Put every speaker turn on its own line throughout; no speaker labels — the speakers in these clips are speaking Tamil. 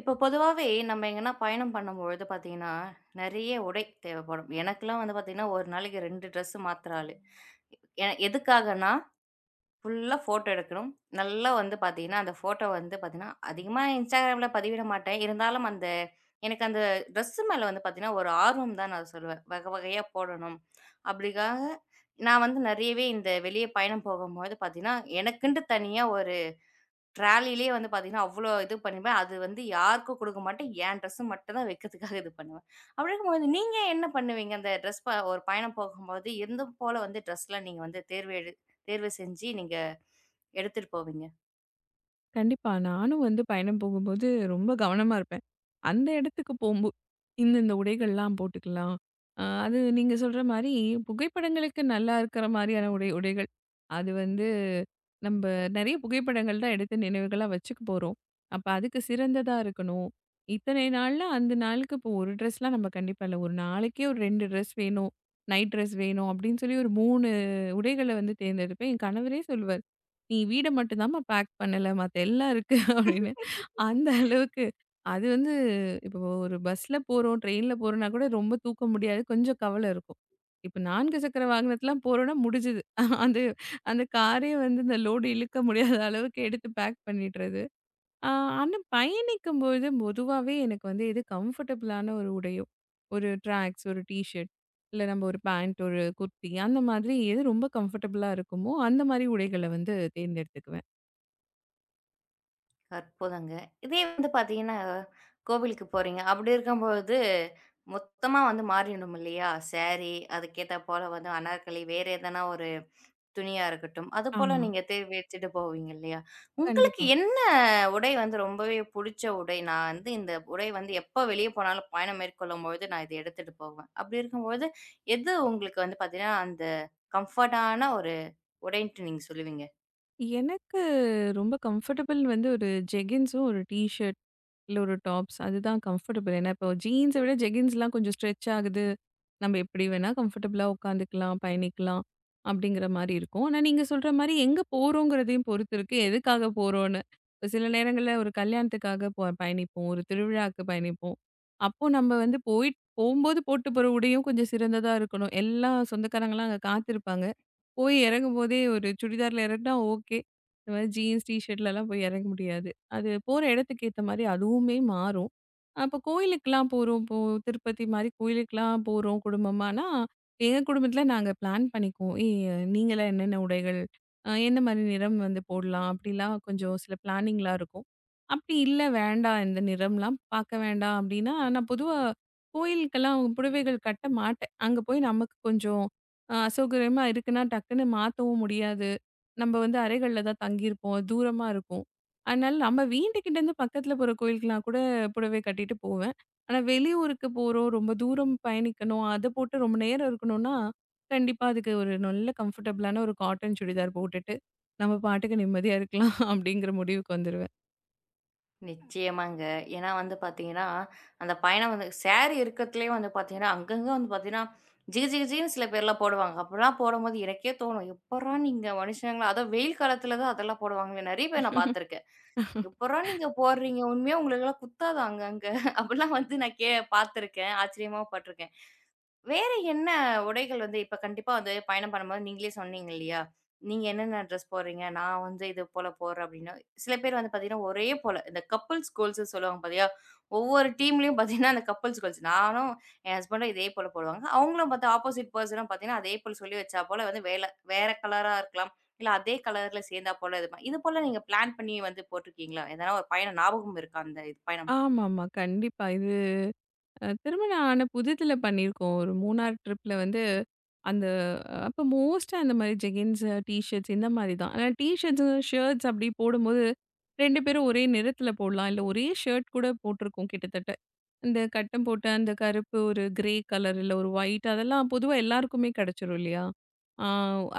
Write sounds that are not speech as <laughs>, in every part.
இப்போ பொதுவாவே நம்ம எங்கன்னா பயணம் பண்ணும்பொழுது பார்த்தீங்கன்னா, நெறைய உடை தேவைப்படும். எனக்கெல்லாம் வந்து பார்த்தீங்கன்னா, ஒரு நாளைக்கு 2 ட்ரெஸ் மாத்துற ஆளு. எதுக்காகன்னா, ஃபுல்லா ஃபோட்டோ எடுக்கணும். நல்லா வந்து பார்த்தீங்கன்னா, அந்த ஃபோட்டோ வந்து பார்த்தீங்கன்னா, அதிகமா Instagramல பதிவிட மாட்டேன். இருந்தாலும் அந்த எனக்கு அந்த ட்ரெஸ் மேல வந்து பார்த்தீங்கன்னா, ஒரு ஆர்வம் தான் நான் சொல்லுவேன். வகை வகையா போடணும். அப்படிக்காக நான் வந்து நெறையவே இந்த வெளிய பயணம் போகும்போது பார்த்தீங்கன்னா, எனக்குன்ட்டு தனியா ஒரு ட்ராலிலயே வந்து பார்த்தீங்கன்னா, அவ்ளோ இது பண்ணிப்பேன். அது வந்து யாருக்கும் குடுக்க மாட்டேன். என் ட்ரெஸ் மட்டும் தான் வைக்கிறதுக்காக இது பண்ணுவேன். அப்படி இருக்கும்போது நீங்க என்ன பண்ணுவீங்க? அந்த ட்ரெஸ் ப ஒரு பயணம் போகும்போது, எந்தும் போல வந்து ட்ரெஸ்லாம் நீங்க வந்து தேர்வு செஞ்சு நீங்க எடுத்துட்டு போவீங்க.
கண்டிப்பா. நானும் வந்து பயணம் போகும்போது ரொம்ப கவனமா இருப்பேன். அந்த இடத்துக்கு போம்போ இந்தந்த உடைகள்லாம் போட்டுக்கலாம். அது நீங்க சொல்ற மாரி புகைப்படங்களுக்கு நல்லா இருக்கிற மாரியான உடைகள். அது வந்து நம்ப நெறைய புகைப்படங்கள் தான் எடுத்து நினைவுகளா வச்சுக்க போறோம். அப்ப அதுக்கு சிறந்ததா இருக்கணும். இத்தனை நாள்ல அந்த நாளுக்கு இப்போ ஒரு ட்ரெஸ்லாம் நம்ம கண்டிப்பா இல்ல. ஒரு நாளைக்கே ஒரு 2 ட்ரெஸ் வேணும். நைட் ட்ரெஸ் வேணும் அப்படின்னு சொல்லி ஒரு 3 உடைகள வந்து தேர்ந்தெடுப்பேன். என் கணவரே சொல்லுவாரு. "நீ வீட மட்டும் தாம்மா பேக் பண்ணல. மத்த எல்லாம் இருக்கு" <laughs> அப்படின்னு. அந்த அளவுக்கு. அது வந்து இப்போ ஒரு பஸ்ல போறோம், ட்ரெயின்ல போறோம்னா கூட ரொம்ப தூக்க முடியாது. கொஞ்சம் கவலை இருக்கும். இப்ப 4 சக்கர வாகனத்துலாம் போறோம்னா முடிஞ்சுது. அது அந்த காரே வந்து இந்த லோடு இழுக்க முடியாத அளவுக்கு எடுத்து பேக் பண்ணிடுறது. ஆ, ஆனா பயணிக்கும்போது பொதுவாவே எனக்கு வந்து எது கம்ஃபர்டபுளான ஒரு உடையோ, ஒரு ட்ராக்ஸ், ஒரு டீ ஷர்ட், இல்ல நம்ம ஒரு பேண்ட், ஒரு குர்த்தி அந்த மாதிரி எது ரொம்ப கம்ஃபர்டபுளா இருக்குமோ, அந்த மாதிரி உடைகள வந்து தேர்ந்தெடுத்துக்குவேன்.
அற்புதங்க. இதே வந்து பார்த்தீங்கன்னா, கோவிலுக்கு போறீங்க. அப்படி இருக்கும்போது, மொத்தமா வந்து மாறிடும் இல்லையா? சாரி, அதுக்கேத்தா போல வந்து அனார்கலி, வேற எதனா ஒரு துணியா இருக்கட்டும். அதுபோல
ஆமா.
நீங்க தேர்வெடுத்துட்டு போவீங்க இல்லையா? உங்களுக்கு
கண்டிப்பா.
என்ன உடை வந்து ரொம்பவே புடிச்ச உடை? நான் வந்து இந்த உடை வந்து எப்ப வெளிய போனாலும் பயணம் மேற்கொள்ளும்பொழுது நான் இத எடுத்துட்டு போவேன். அப்படி இருக்கும்பொழுது எது உங்களுக்கு வந்து பார்த்தீங்கன்னா, அந்த கம்ஃபர்ட்டான ஒரு உடைன்ட்டு நீங்க சொல்லுவீங்க?
எனக்கு ரொம்ப கம்ஃபர்டபுள் வந்து ஒரு ஜெகின்ஸும், ஒரு டீ ஷர்ட் இல்ல ஒரு டாப்ஸ். அதுதான் கம்ஃபர்டபுள். ஏன்னா இப்போ ஜீன்ஸ விட ஜெகின்ஸ்லாம் கொஞ்சம் ஸ்ட்ரெச் ஆகுது. நம்ம எப்படி வேணா கம்ஃபர்டபுளா உட்காந்துக்கலாம், பயணிக்கலாம் அப்படிங்கிற மாரி இருக்கும். ஆனா நீங்க சொல்ற மாரி எங்க போறோங்கிறதையும் பொறுத்து இருக்கு. எதுக்காக போறோம்னு. இப்ப சில நேரங்கள்ல ஒரு கல்யாணத்துக்காக பயணிப்போம். ஒரு திருவிழாவுக்கு பயணிப்போம். அப்போ நம்ம வந்து போம்போது போட்டு போற உடையும் கொஞ்சம் சிறந்ததா இருக்கணும். எல்லா சொந்தக்காரங்கலாம் அங்க காத்திருப்பாங்க. போய் இறங்கும்போதே ஒரு சுடிதார்ல இறங்குனா ஓகே. இந்த மாரி ஜீன்ஸ், டீ ஷர்ட்லலாம் போய் இறங்க முடியாது. அது போற இடத்துக்கு ஏத்த மாரி அதுவுமே மாறும். அப்போ கோயிலுக்குலாம் போறோம். இப்போ திருப்பதி மாரி கோயிலுக்குலாம் போறோம் குடும்பமானா, எங்க குடும்பத்தில நாங்க பிளான் பண்ணிக்குவோம். ஏய் நீங்கலாம் என்னென்ன உடைகள், எந்த மாரி நிறம் வந்து போடலாம் அப்படிலாம் கொஞ்சம் சில பிளானிங்லாம் இருக்கும். அப்படி இல்ல வேண்டாம் இந்த நிறம்லாம் பார்க்க வேண்டாம் அப்படின்னா, நான் பொதுவா கோயிலுக்கெல்லாம் புடவைகள் கட்ட மாட்டேன். அங்க போய் நமக்கு கொஞ்சம் அசௌகரியமா இருக்குன்னா, டக்குன்னு மாத்தவும் முடியாது. நம்ம வந்து அறைகள்ல தான் தங்கியிருப்போம். தூரமா இருக்கும். அதனால நம்ம வீட்டுக்கிட்டேருந்து பக்கத்துல போற கோயிலுக்குலாம் கூட புடவை கட்டிட்டு போவேன். ஆனா வெளியூருக்கு போறோம், ரொம்ப தூரம் பயணிக்கணும், அத போட்டு ரொம்ப நேரம் இருக்கணும்னா, கண்டிப்பா அதுக்கு ஒரு நல்ல கம்ஃபர்டபுளான ஒரு காட்டன் சுடிதார் போட்டுட்டு, நம்ம பாட்டுக்கு நிம்மதியா இருக்கலாம் <laughs> அப்படிங்கிற முடிவுக்கு வந்துருவேன்.
நிச்சயமாங்க. ஏன்னா வந்து பார்த்தீங்கன்னா, அந்த பயணம் வந்து சாரி இருக்கத்துலயே வந்து பார்த்தீங்கன்னா, அங்கங்க வந்து பார்த்தீங்கன்னா, ஜிகு ஜிகு ஜிகுன்னு சில பேர்லாம் போடுவாங்க. அப்பலாம் போடும்போது எனக்கே தோணும், "எப்புட்றா நீங்க மனுஷங்களா" அதுவும் வெயில் காலத்துல தான் அதெல்லாம் போடுவாங்களே! நெறைய பேர் நான் பார்த்துருக்கேன். எப்பட்றா நீங்க போடுறீங்க? உண்மையா உங்களுக்கெல்லாம் குத்தாதா அங்கங்க? <laughs> அப்படிலாம் வந்து நான் பார்த்துருக்கேன். ஆச்சரியமா பட்டுருக்கேன். வேற என்ன உடைகள் வந்து இப்ப கண்டிப்பா வந்து பயணம் பண்ணும்போது நீங்களே சொன்னீங்க இல்லையா? நீங்க என்னென்ன ட்ரெஸ் போடுறீங்க? நான் வந்து இது போல போடுறேன் அப்படின்னு. சில பேர் வந்து பார்த்தீங்கன்னா, ஒரே போல இந்த கப்புள்ஸ் கோல்ஸ்ன்னு சொல்லுவாங்க பார்த்தியா? ஒவ்வொரு டீம்லயும் பார்த்தீங்கன்னா, அந்த கப்புள்ஸ் கோல்ஸ். நானும் என் ஹஸ்பண்டும் இதே போல போடுவாங்க. அவங்களும் பார்த்தா ஆப்போசிட் பெர்சனும் பார்த்தீங்கன்னா, அதே போல சொல்லி வச்சா போல வந்து வேற கலரா இருக்கலாம். இல்ல அதே கலர்ல சேர்ந்தா போல இது போல நீங்க பிளான் பண்ணி வந்து போட்டுருக்கீங்களா? எதனா ஒரு பயணம் ஞாபகம் இருக்கா அந்த இது பயணம்?
ஆமாமா. கண்டிப்பா. இது திருமணம் ஆன புதிதில பண்ணியிருக்கோம். ஒரு மூணார் ட்ரிப்ல வந்து அந்த அப்ப மோஸ்ட்டா அந்த மாரி ஜெகின்ஸ், டீ ஷர்ட்ஸ் இந்த மாரி தான். ஆனா டீ ஷர்ட்ஸ், ஷர்ட்ஸ் அப்படி போடும்போது 2 பேரும் ஒரே நிறத்துல போடலாம். இல்ல ஒரே ஷர்ட் கூட போட்டிருக்கோம் கிட்டத்தட்ட. இந்த கட்டம் போட்ட அந்த கருப்பு, ஒரு கிரே கலர் இல்ல ஒரு ஒயிட் அதெல்லாம் பொதுவா எல்லாருக்குமே கிடைச்சிரும் இல்லையா? ஆ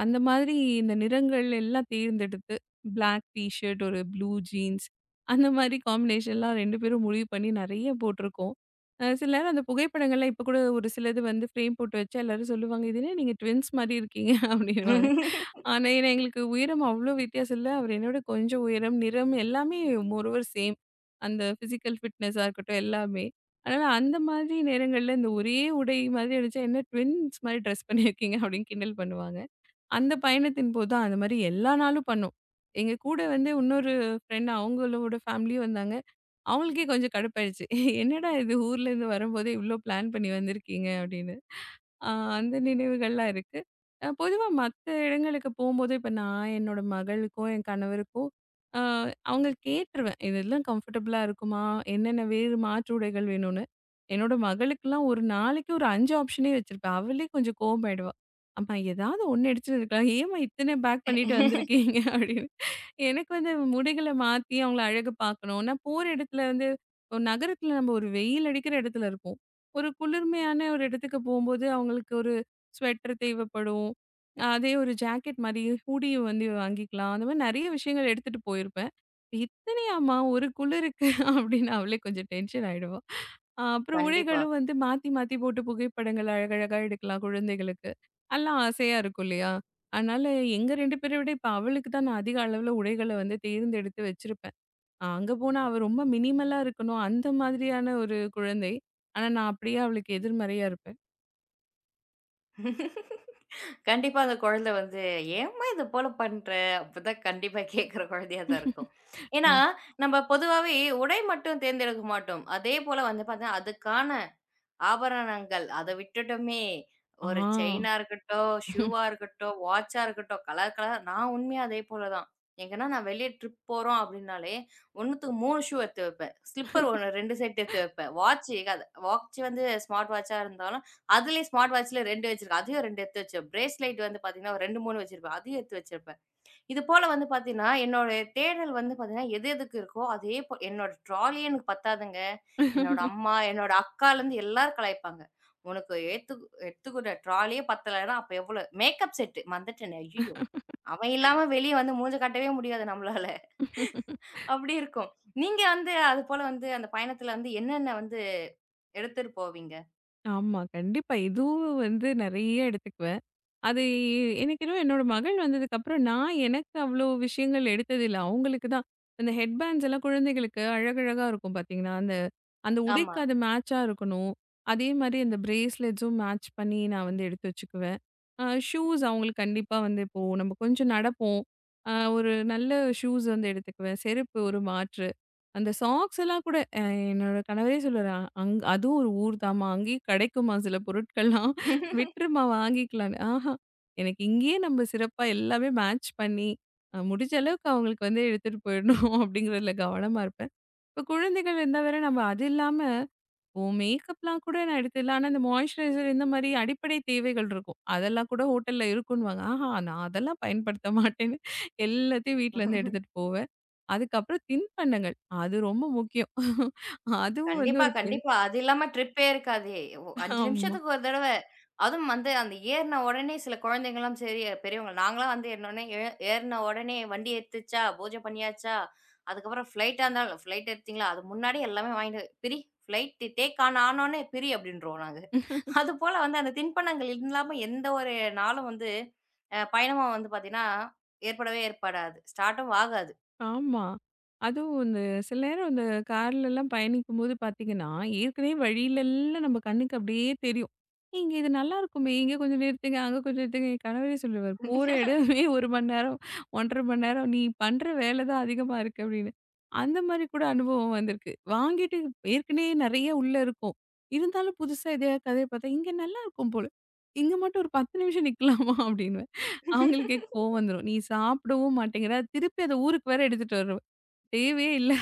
அந்த மாதிரி இந்த நிறங்கள் எல்லாம் தேர்ந்தெடுத்து பிளாக் டீ ஷர்ட், ஒரு ப்ளூ ஜீன்ஸ் அந்த மாரி காம்பினேஷன்லாம் 2 பேரும் முடிவு பண்ணி நெறைய போட்டிருக்கோம். சில நேரம் அந்த புகைப்படங்கள்லாம் இப்ப கூட ஒரு சிலது வந்து ஃப்ரேம் போட்டு வச்சா எல்லாரும் சொல்லுவாங்க. "இது என்ன நீங்க ட்வின்ஸ் மாரி இருக்கீங்க" <laughs> அப்படின்னுவாங்க. ஆனா
<laughs>
ஏன்னா எங்களுக்கு உயரம் அவ்ளோ வித்தியாசம் இல்ல. அவர் என்னோட கொஞ்சம் உயரம், நிறம் எல்லாமே மோர் ஓவர் சேம். அந்த ஃபிசிக்கல் ஃபிட்னஸா இருக்கட்டும் எல்லாமே. அதனால அந்த மாதிரி நேரங்கள்ல இந்த ஒரே உடை மாதிரி அடிச்சா, "என்ன ட்வின்ஸ் மாரி ட்ரெஸ் பண்ணியிருக்கீங்க" அப்படின்னு கிண்டல் பண்ணுவாங்க. அந்த பயணத்தின் போது தான் அந்த மாரி எல்லா நாளும் பண்ணோம். எங்க கூட வந்து இன்னொரு ஃப்ரெண்ட் அவங்களோட ஃபேமிலியும் வந்தாங்க. அவங்களுக்கே கொஞ்சம் கடுப்பாயிடுச்சு. "என்னடா இது ஊர்லேருந்து வரும்போதே இவ்ளோ பிளான் பண்ணி வந்திருக்கீங்க" அப்படின்னு. ஆ அந்த நினைவுகள்லாம் இருக்கு. பொதுவா மத்த இடங்களுக்கு போம்போது, இப்ப நான் என்னோட மகளுக்கோ, என் கணவருக்கோ அ அவங்க கேட்டுருவேன். இதெல்லாம் கம்ஃபர்டபுளா இருக்குமா? என்னென்ன வேறு மாற்று உடைகள் வேணும்னு. என்னோட மகளுக்கெல்லாம் ஒரு நாளைக்கு ஒரு 5 ஆப்ஷனே வச்சிருப்பேன். அவளே கொஞ்சம் கோவமாயிடுவா. அம்மா ஏதாவது ஒண்ணு எடுத்துருக்கலாம். ஏம்மா இத்தன பேக் பண்ணிட்டு வந்திருக்கீங்க? <laughs> அப்படின்னு. எனக்கு வந்து முடிகள மாத்தி அவங்கள அழகு பார்க்கணும். நான் போற இடத்துல வந்து, இப்போ நகரத்துல நம்ம ஒரு வெயில் அடிக்கிற இடத்துல இருப்போம். ஒரு குளிர்மையான ஒரு இடத்துக்கு போம்போது, அவங்களுக்கு ஒரு ஸ்வெட்டர் தேவைப்படும். அதே ஒரு ஜாக்கெட் மாரி ஹூடி வந்து வாங்கிக்கலாம். அந்த மாரி நெறைய விஷயங்கள் எடுத்துட்டு போயிருப்பேன். "இத்தனையாம்மா ஒரு குளிருக்கு?" <laughs> அப்படின்னு அவளே கொஞ்சம் டென்ஷன் ஆயிடுவா. அப்புறம்
கண்டிப்பா.
உடைகளும் வந்து மாத்தி மாத்தி போட்டு புகைப்படங்கள் அழகழகா எடுக்கலாம் குழந்தைகளுக்கு. எல்லாம் ஆசையா இருக்கும் இல்லையா? அதனால எங்க 2 பேரை விட இப்ப அவளுக்கு தான் நான் அதிக அளவுல உடைகள வந்து தேர்ந்தெடுத்து வச்சிருப்பேன். அங்க போனா அவ ரொம்ப மினிமலா இருக்கணும். அந்த மாதிரியான ஒரு குழந்தை. ஆனா, நான் அப்படியே அவளுக்கு எதிர்மறையா இருப்பேன்.
கண்டிப்பா அந்த குழந்தை வந்து, "ஏம்மா இது போல பண்ற?" அப்பதான் கண்டிப்பா கேட்கிற குழந்தையா தான் இருக்கும்.
ஆ.
ஏன்னா, நம்ம பொதுவாவே உடை மட்டும் தேர்ந்தெடுக்க மாட்டோம். அதே போல வந்து பார்த்தீங்கன்னா, அதுக்கான ஆபரணங்கள். அத விட்டுட்டுமே
ஆ.
ஒரு செயினா இருக்கட்டும், ஷூவா இருக்கட்டும், வாட்ச்சா இருக்கட்டும், கலர் கலரா நான் உண்மையா அதே போல தான். எங்கன்னா நான் வெளிய ட்ரிப் போறோம் அப்டின்னாலே, 1த்துக்கு 3 ஷூ எடுத்து வைப்பேன். ஸ்லிப்பர் 1 2 செட் எடுத்து வைப்பேன். வாட்ச் அது வாட்ச் வந்து ஸ்மார்ட் வாட்ச்சா இருந்தாலும், அதுலயே ஸ்மார்ட் வாட்ச்ல 2 வச்சிருக்கேன். அதையும் 2 எடுத்து வச்சிருப்பேன். பிரேஸ்லெட் வந்து பார்த்தீங்கன்னா, ஒரு 2, 3 வச்சிருப்பேன். அதையும் எடுத்து வச்சிருப்பேன். இது போல வந்து பார்த்தீங்கன்னா, என்னோட தேடல் வந்து பார்த்தீங்கன்னா, எது எதுக்கு இருக்கோ அதே போ என்னோட ட்ராலியே எனக்கு பத்தாதுங்க. என்னோட அம்மா, என்னோட அக்காலேருந்து எல்லாரும் கலாய்ப்பாங்க. "உனக்கு ஏத்து எடுத்துக்கிற ட்ராலியே பத்தலன்னா, அப்ப எவ்வளோ?" மேக்கப் செட்டு மறந்துட்டேனே, ஐயய்யோ! அவன் இல்லாம வெளிய வந்து மூஞ்ச காட்டவே முடியாது நம்மளால. அப்படி இருக்கும். நீங்க வந்து அதுபோல வந்து அந்த பயணத்துல வந்து என்னென்ன வந்து எடுத்துட்டு போவீங்க?
ஆமா. கண்டிப்பா. இதுவும் வந்து நெறைய எடுத்துக்குவேன். அது எனக்கு என்னவோ என்னோட மகள் வந்ததுக்கப்புறம் நான் எனக்கு அவ்வளோ விஷயங்கள் எடுத்ததில்ல. அவங்களுக்கு தான் அந்த ஹெட் பேண்ட்ஸ் எல்லாம் குழந்தைகளுக்கு அழகழகா இருக்கும் பார்த்தீங்கன்னா, அந்த அந்த உடைக்கு
ஆமா.
அது மேட்சா இருக்கணும். அதே மாரி அந்த பிரேஸ்லெட்ஸும் மேட்ச் பண்ணி நான் வந்து எடுத்து வச்சுக்குவேன். ஷூஸ் அவங்களுக்கு கண்டிப்பா வந்து இப்போ நம்ம கொஞ்சம் நடப்போம். ஒரு நல்ல ஷூஸ் வந்து எடுத்துக்குவேன். செருப்பு ஒரு மாற்று. அந்த சாக்ஸ் எல்லாம் கூட என்னோட கணவரே சொல்லுவாரு, அதுவும் ஒரு ஊர் தாம்மா. அங்கேயும் கிடைக்குமா சில பொருட்கள்லாம்.
<laughs>
விட்டுருமா வாங்கிக்கலான்னு." ஆஹா! எனக்கு இங்கேயே நம்ம சிறப்பா எல்லாமே மேட்ச் பண்ணி, முடிஞ்ச அளவுக்கு அவங்களுக்கு வந்து எடுத்துட்டு போயிடணும் <laughs> அப்படிங்கிறதுல கவனமா இருப்பேன். இப்ப குழந்தைகள் இருந்தா வேற நம்ம அது இல்லாம, ஓ மேக்கப்லாம் கூட நான் எடுத்துடலாம். ஆனா இந்த மாய்ஸ்சரைசர் இந்த மாரி அடிப்படை தேவைகள் இருக்கும். அதெல்லாம் கூட ஹோட்டல்ல இருக்குன்னுவாங்க. ஆஹா! நான் அதெல்லாம் பயன்படுத்த மாட்டேன்னு எல்லாத்தையும் வீட்லருந்து எடுத்துட்டு போவேன். அதுக்கப்புறம் தின்பண்டங்கள். அது ரொம்ப முக்கியம். <laughs> அதுவும் வந்து
கண்டிப்பா,
ஒரு
கண்டிப்பா. அது இல்லாம ட்ரிப்பே இருக்காது. ஒ 5
ஆமா.
நிமிஷத்துக்கு ஒரு தடவ. அதுவும் வந்து அந்த ஏறுன உடனே சில குழந்தைங்கலாம் சரி பெரியவங்க நாங்கலாம் வந்து ஏறுன உடனே வண்டி எடுத்துச்சா, பூஜை பண்ணியாச்சா, அதுக்கப்புறம் ஃப்ளைட்டா இருந்தாலும் ஃப்ளைட் எடுத்தீங்களா? அது முன்னாடி எல்லாமே வாங்கிட்டு ஃப்ளைட் டேக் ஆன் ஆனோனே பிரி அப்படின்றோம் நாங்க. அதுபோல வந்து அந்த தின்பண்டங்கள் இல்லாம எந்த ஒரு நாளும் வந்து பயணமா வந்து பார்த்தீங்கன்னா, ஏற்படவே ஏற்படாது. ஸ்டார்ட்டும் ஆகாது.
ஆமா. அதுவும் இந்த சில நேரம் இந்த கார்லலாம் பயணிக்கும்போது பார்த்தீங்கன்னா, ஏற்கனவே வழியிலெல்லாம் நம்ம கண்ணுக்கு அப்படியே தெரியும். "இங்க இது நல்லாருக்குமே, இங்க கொஞ்சம் நிறுத்துங்க, அங்க கொஞ்சம் நிறுத்துங்க." என் கணவரே சொல்லுவாரு, "போற இடமே 1 மணி நேரம், 1½ மணி நேரம். நீ பண்ற வேல தான் அதிகமா இருக்கு." அப்படின்னு. அந்த மாரி கூட அனுபவம் வந்திருக்கு. வாங்கிட்டு ஏற்கனவே நெறைய உள்ள இருக்கும். இருந்தாலும் புதுசா எதையாவது கதைய பார்த்தா, "இங்க நல்லாருக்கும் போல. இங்க மட்டும் ஒரு 10 நிமிஷம் நிக்கலாமா?" அப்படின்னு. அவங்களுக்கே கோவம் வந்துரும். நீ சாப்பிடவும் மாட்டேங்கிற, திருப்பி அத ஊருக்கு வேற எடுத்துட்டு வருவ. தேவையே இல்ல!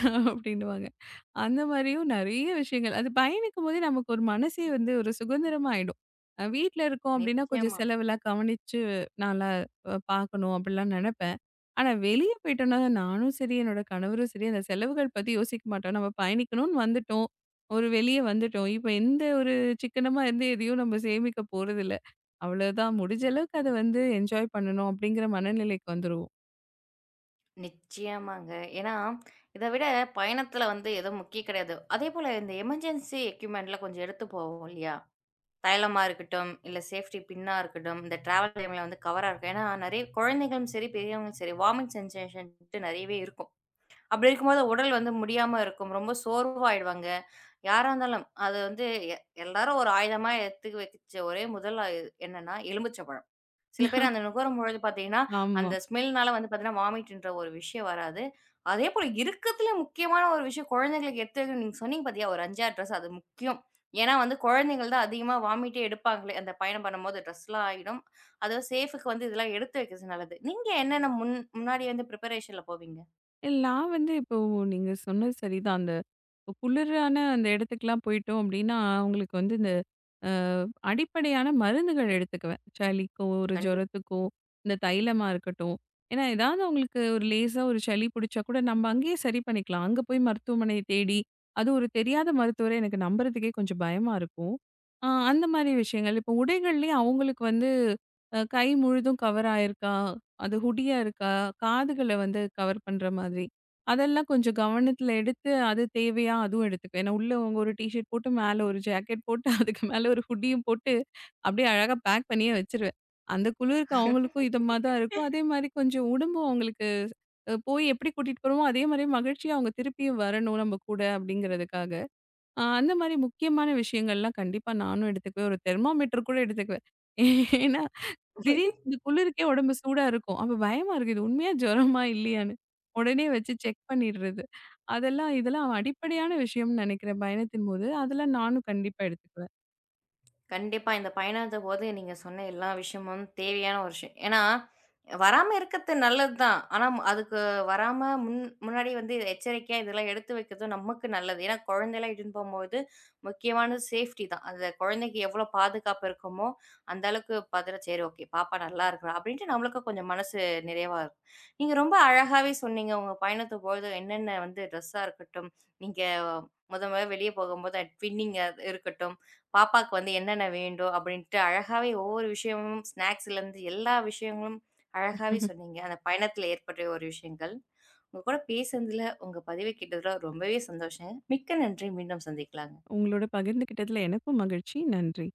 அந்த மாரியும் நெறைய விஷயங்கள். அது பயணிக்கும்போதே நமக்கு ஒரு மனசே வந்து ஒரு சுதந்திரமா ஆயிடும். வீட்ல இருக்கோம் அப்டின்னா, கொஞ்சம்
நிச்சயமா.
செலவெல்லாம் கவனிச்சு நான்லாம் பார்க்கணும் அப்டிலாம் நெனப்பேன். ஆனா வெளிய போயிட்டோம்னா, நானும் சரி, என்னோட கணவரும் சரி அந்த செலவுகள் பத்தி யோசிக்க மாட்டோம். நம்ம பயணிக்கணும்னு வந்துட்டோம். ஒரு வெளிய வந்துட்டோம். இப்ப எந்த ஒரு சிக்கனமா இருந்து எதையும் நம்ம சேமிக்க போறதில்ல. அவ்வளோதான் முடிஞ்ச அளவுக்கு அத வந்து என்ஜாய் பண்ணணும் அப்டிங்கிற மனநிலைக்கு வந்துருவோம்.
நிச்சயமாங்க. ஏன்னா, இத விட பயணத்துல வந்து எதுவும் முக்கியம் கிடையாது. அதேபோல இந்த எமர்ஜென்சி எக்யூப்மெண்ட்லாம் கொஞ்சம் எடுத்து போவோம் இல்லையா? தைலமா இருக்கட்டும், இல்ல சேஃப்டி பின்னா இருக்கட்டும், இந்த டிராவல் டைம்ல வந்து கவரா இருக்கும். ஏன்னா, நெறைய குழந்தைகளும் சரி, பெரியவங்களும் சரி, வாமிட் சென்சேஷன்ட்டு நெறையவே இருக்கும். அப்படி இருக்கும்போது உடல் வந்து முடியாம இருக்கும். ரொம்ப சோர்வாயிடுவாங்க. யாரா இருந்தாலும், அது வந்து எ எல்லாரும் ஒரு ஆயுதமா எடுத்து வச்ச ஒரே முதல் என்னன்னா, எலுமிச்சை பழம். சில பேர் அந்த நுகரும்பொழுது பார்த்தீங்கன்னா,
ஆமா.
அந்த ஸ்மெல்னால வந்து பார்த்தீங்கன்னா, வாமிட்ன்ற ஒரு விஷயம் வராது. அதேபோல இருக்கத்துல முக்கியமான ஒரு விஷயம் குழந்தைங்களுக்கு எடுத்து நீங்க சொன்னீங்க பார்த்தியா, ஒரு 5, 6 ட்ரெஸ் அது முக்கியம். ஏன்னா வந்து குழந்தைங்கள் தான் அதிகமா வாமிட்டே எடுப்பாங்களே! அந்த பயணம் பண்ணும்போது ட்ரெஸ்லாம் ஆயிடும். அதுவும் சேஃப்‌க்கு வந்து இதெல்லாம் எடுத்து வைக்கிறது நல்லது. நீங்க என்னென்ன முன்னாடி வந்து ப்ரிப்பரேஷன்ல போவீங்க?
இல்ல, நான் வந்து இப்போ நீங்க சொன்னது சரிதான். அந்த இப்போ குளிரான அந்த இடத்துக்குலாம் போயிட்டோம் அப்டின்னா, அவங்களுக்கு வந்து இந்த அ அடிப்படையான மருந்துகள் எடுத்துக்குவேன். சளிக்கோ, ஒரு
கண்டிப்பா.
ஜுரத்துக்கோ, இந்த தைலமா இருக்கட்டும். ஏன்னா, ஏதாவது அவங்களுக்கு ஒரு லேசா ஒரு சளி புடிச்சா கூட நம்ம அங்கேயே சரி பண்ணிக்கலாம். அங்க போய் மருத்துவமனைய தேடி, அது ஒரு தெரியாத மருத்துவர எனக்கு நம்புறதுக்கே கொஞ்சம் பயமா இருக்கும். அந்த மாரி விஷயங்கள். இப்போ உடைகள்லயே அவங்களுக்கு வந்து கை முழுதும் கவர் ஆயிருக்கா? அது ஹுடியா இருக்கா? காதுகள வந்து கவர் பண்ற மாதிரி. அதெல்லாம் கொஞ்சம் கவனத்துல எடுத்து, அது தேவையா? அதுவும் எடுத்துக்குவேன். ஏன்னா, உள்ள அவங்க ஒரு டீ ஷர்ட் போட்டு, மேல ஒரு ஜாக்கெட் போட்டு, <laughs> அதுக்கு மேல ஒரு ஹூடியும் போட்டு, அப்படியே அழகா பேக் பண்ணியே வச்சுருவேன். அந்த குளிருக்கு அவங்களுக்கும் இதமா தான் இருக்கும். அதே மாரி கொஞ்சம் உடம்பும் அவங்களுக்கு போய் எப்படி கூட்டிட்டு போறோமோ, அதே மாரி மகிழ்ச்சியா அவங்க திருப்பியும் வரணும் நம்ம கூட அப்படிங்கிறதுக்காக. அந்த மாரி முக்கியமான விஷயங்கள்லாம் கண்டிப்பா நானும் எடுத்துக்குவேன். ஒரு தெர்மாமீட்டர் கூட எடுத்துக்குவேன். ஏன்னா திடீர்னு இந்த குளிருக்கே உடம்பு சூடா இருக்கும். அப்ப பயமா இருக்கு. இது உண்மையா ஜுரமா? இல்லையான்னு. உடனே வச்சு செக் பண்ணிடுறது. அதெல்லாம் இதெல்லாம் அடிப்படையான விஷயம்னு நினைக்கிறேன் பயணத்தின் போது. அதெல்லாம் நானும் கண்டிப்பா எடுத்துக்குவேன்.
கண்டிப்பா. இந்த பயணத்த போது நீங்க சொன்ன எல்லா விஷயமும் தேவையான ஒரு விஷயம். ஏன்னா, வராம இருக்கிறது நல்லது தான். ஆனா அதுக்கு வராம முன்னாடி வந்து எச்சரிக்கையா இதெல்லாம் எடுத்து வைக்கிறது நமக்கு நல்லது. ஏன்னா குழந்தைலாம் இட்டுன்னு போம்போது முக்கியமானது சேஃப்டி தான். அந்த குழந்தைக்கு எவ்வளோ பாதுகாப்பு இருக்குமோ, அந்த அளவுக்கு பாத்துட்டா சரி ஓகே பாப்பா நல்லா இருக்கிறா அப்படின்ட்டு நம்மளுக்கு கொஞ்சம் மனசு நிறைவா இருக்கும். நீங்க ரொம்ப அழகாவே சொன்னீங்க. உங்க பயணத்தபோது என்னென்ன வந்து ட்ரெஸ்ஸா இருக்கட்டும், நீங்க முதல் முறையா வெளிய போகும்போது ட்வின்னிங்கா இருக்கட்டும். பாப்பாக்கு வந்து என்னென்ன வேண்டும் அப்படின்ட்டு அழகாவே ஒவ்வொரு விஷயமும் ஸ்நாக்ஸ்லேருந்து எல்லா விஷயங்களும் அழகாவே சொன்னீங்க. அந்த பயணத்தில ஏற்பட்ட ஒரு விஷயங்கள். உங்க கூட பேசுனதுல, உங்க பதிவு கேட்டதுல ரொம்பவே சந்தோஷங்க. மிக்க நன்றி. மீண்டும் சந்திக்கலாங்க.
உங்களோட பகிர்ந்துக்கிட்டதுல எனக்கும் மகிழ்ச்சி. நன்றி.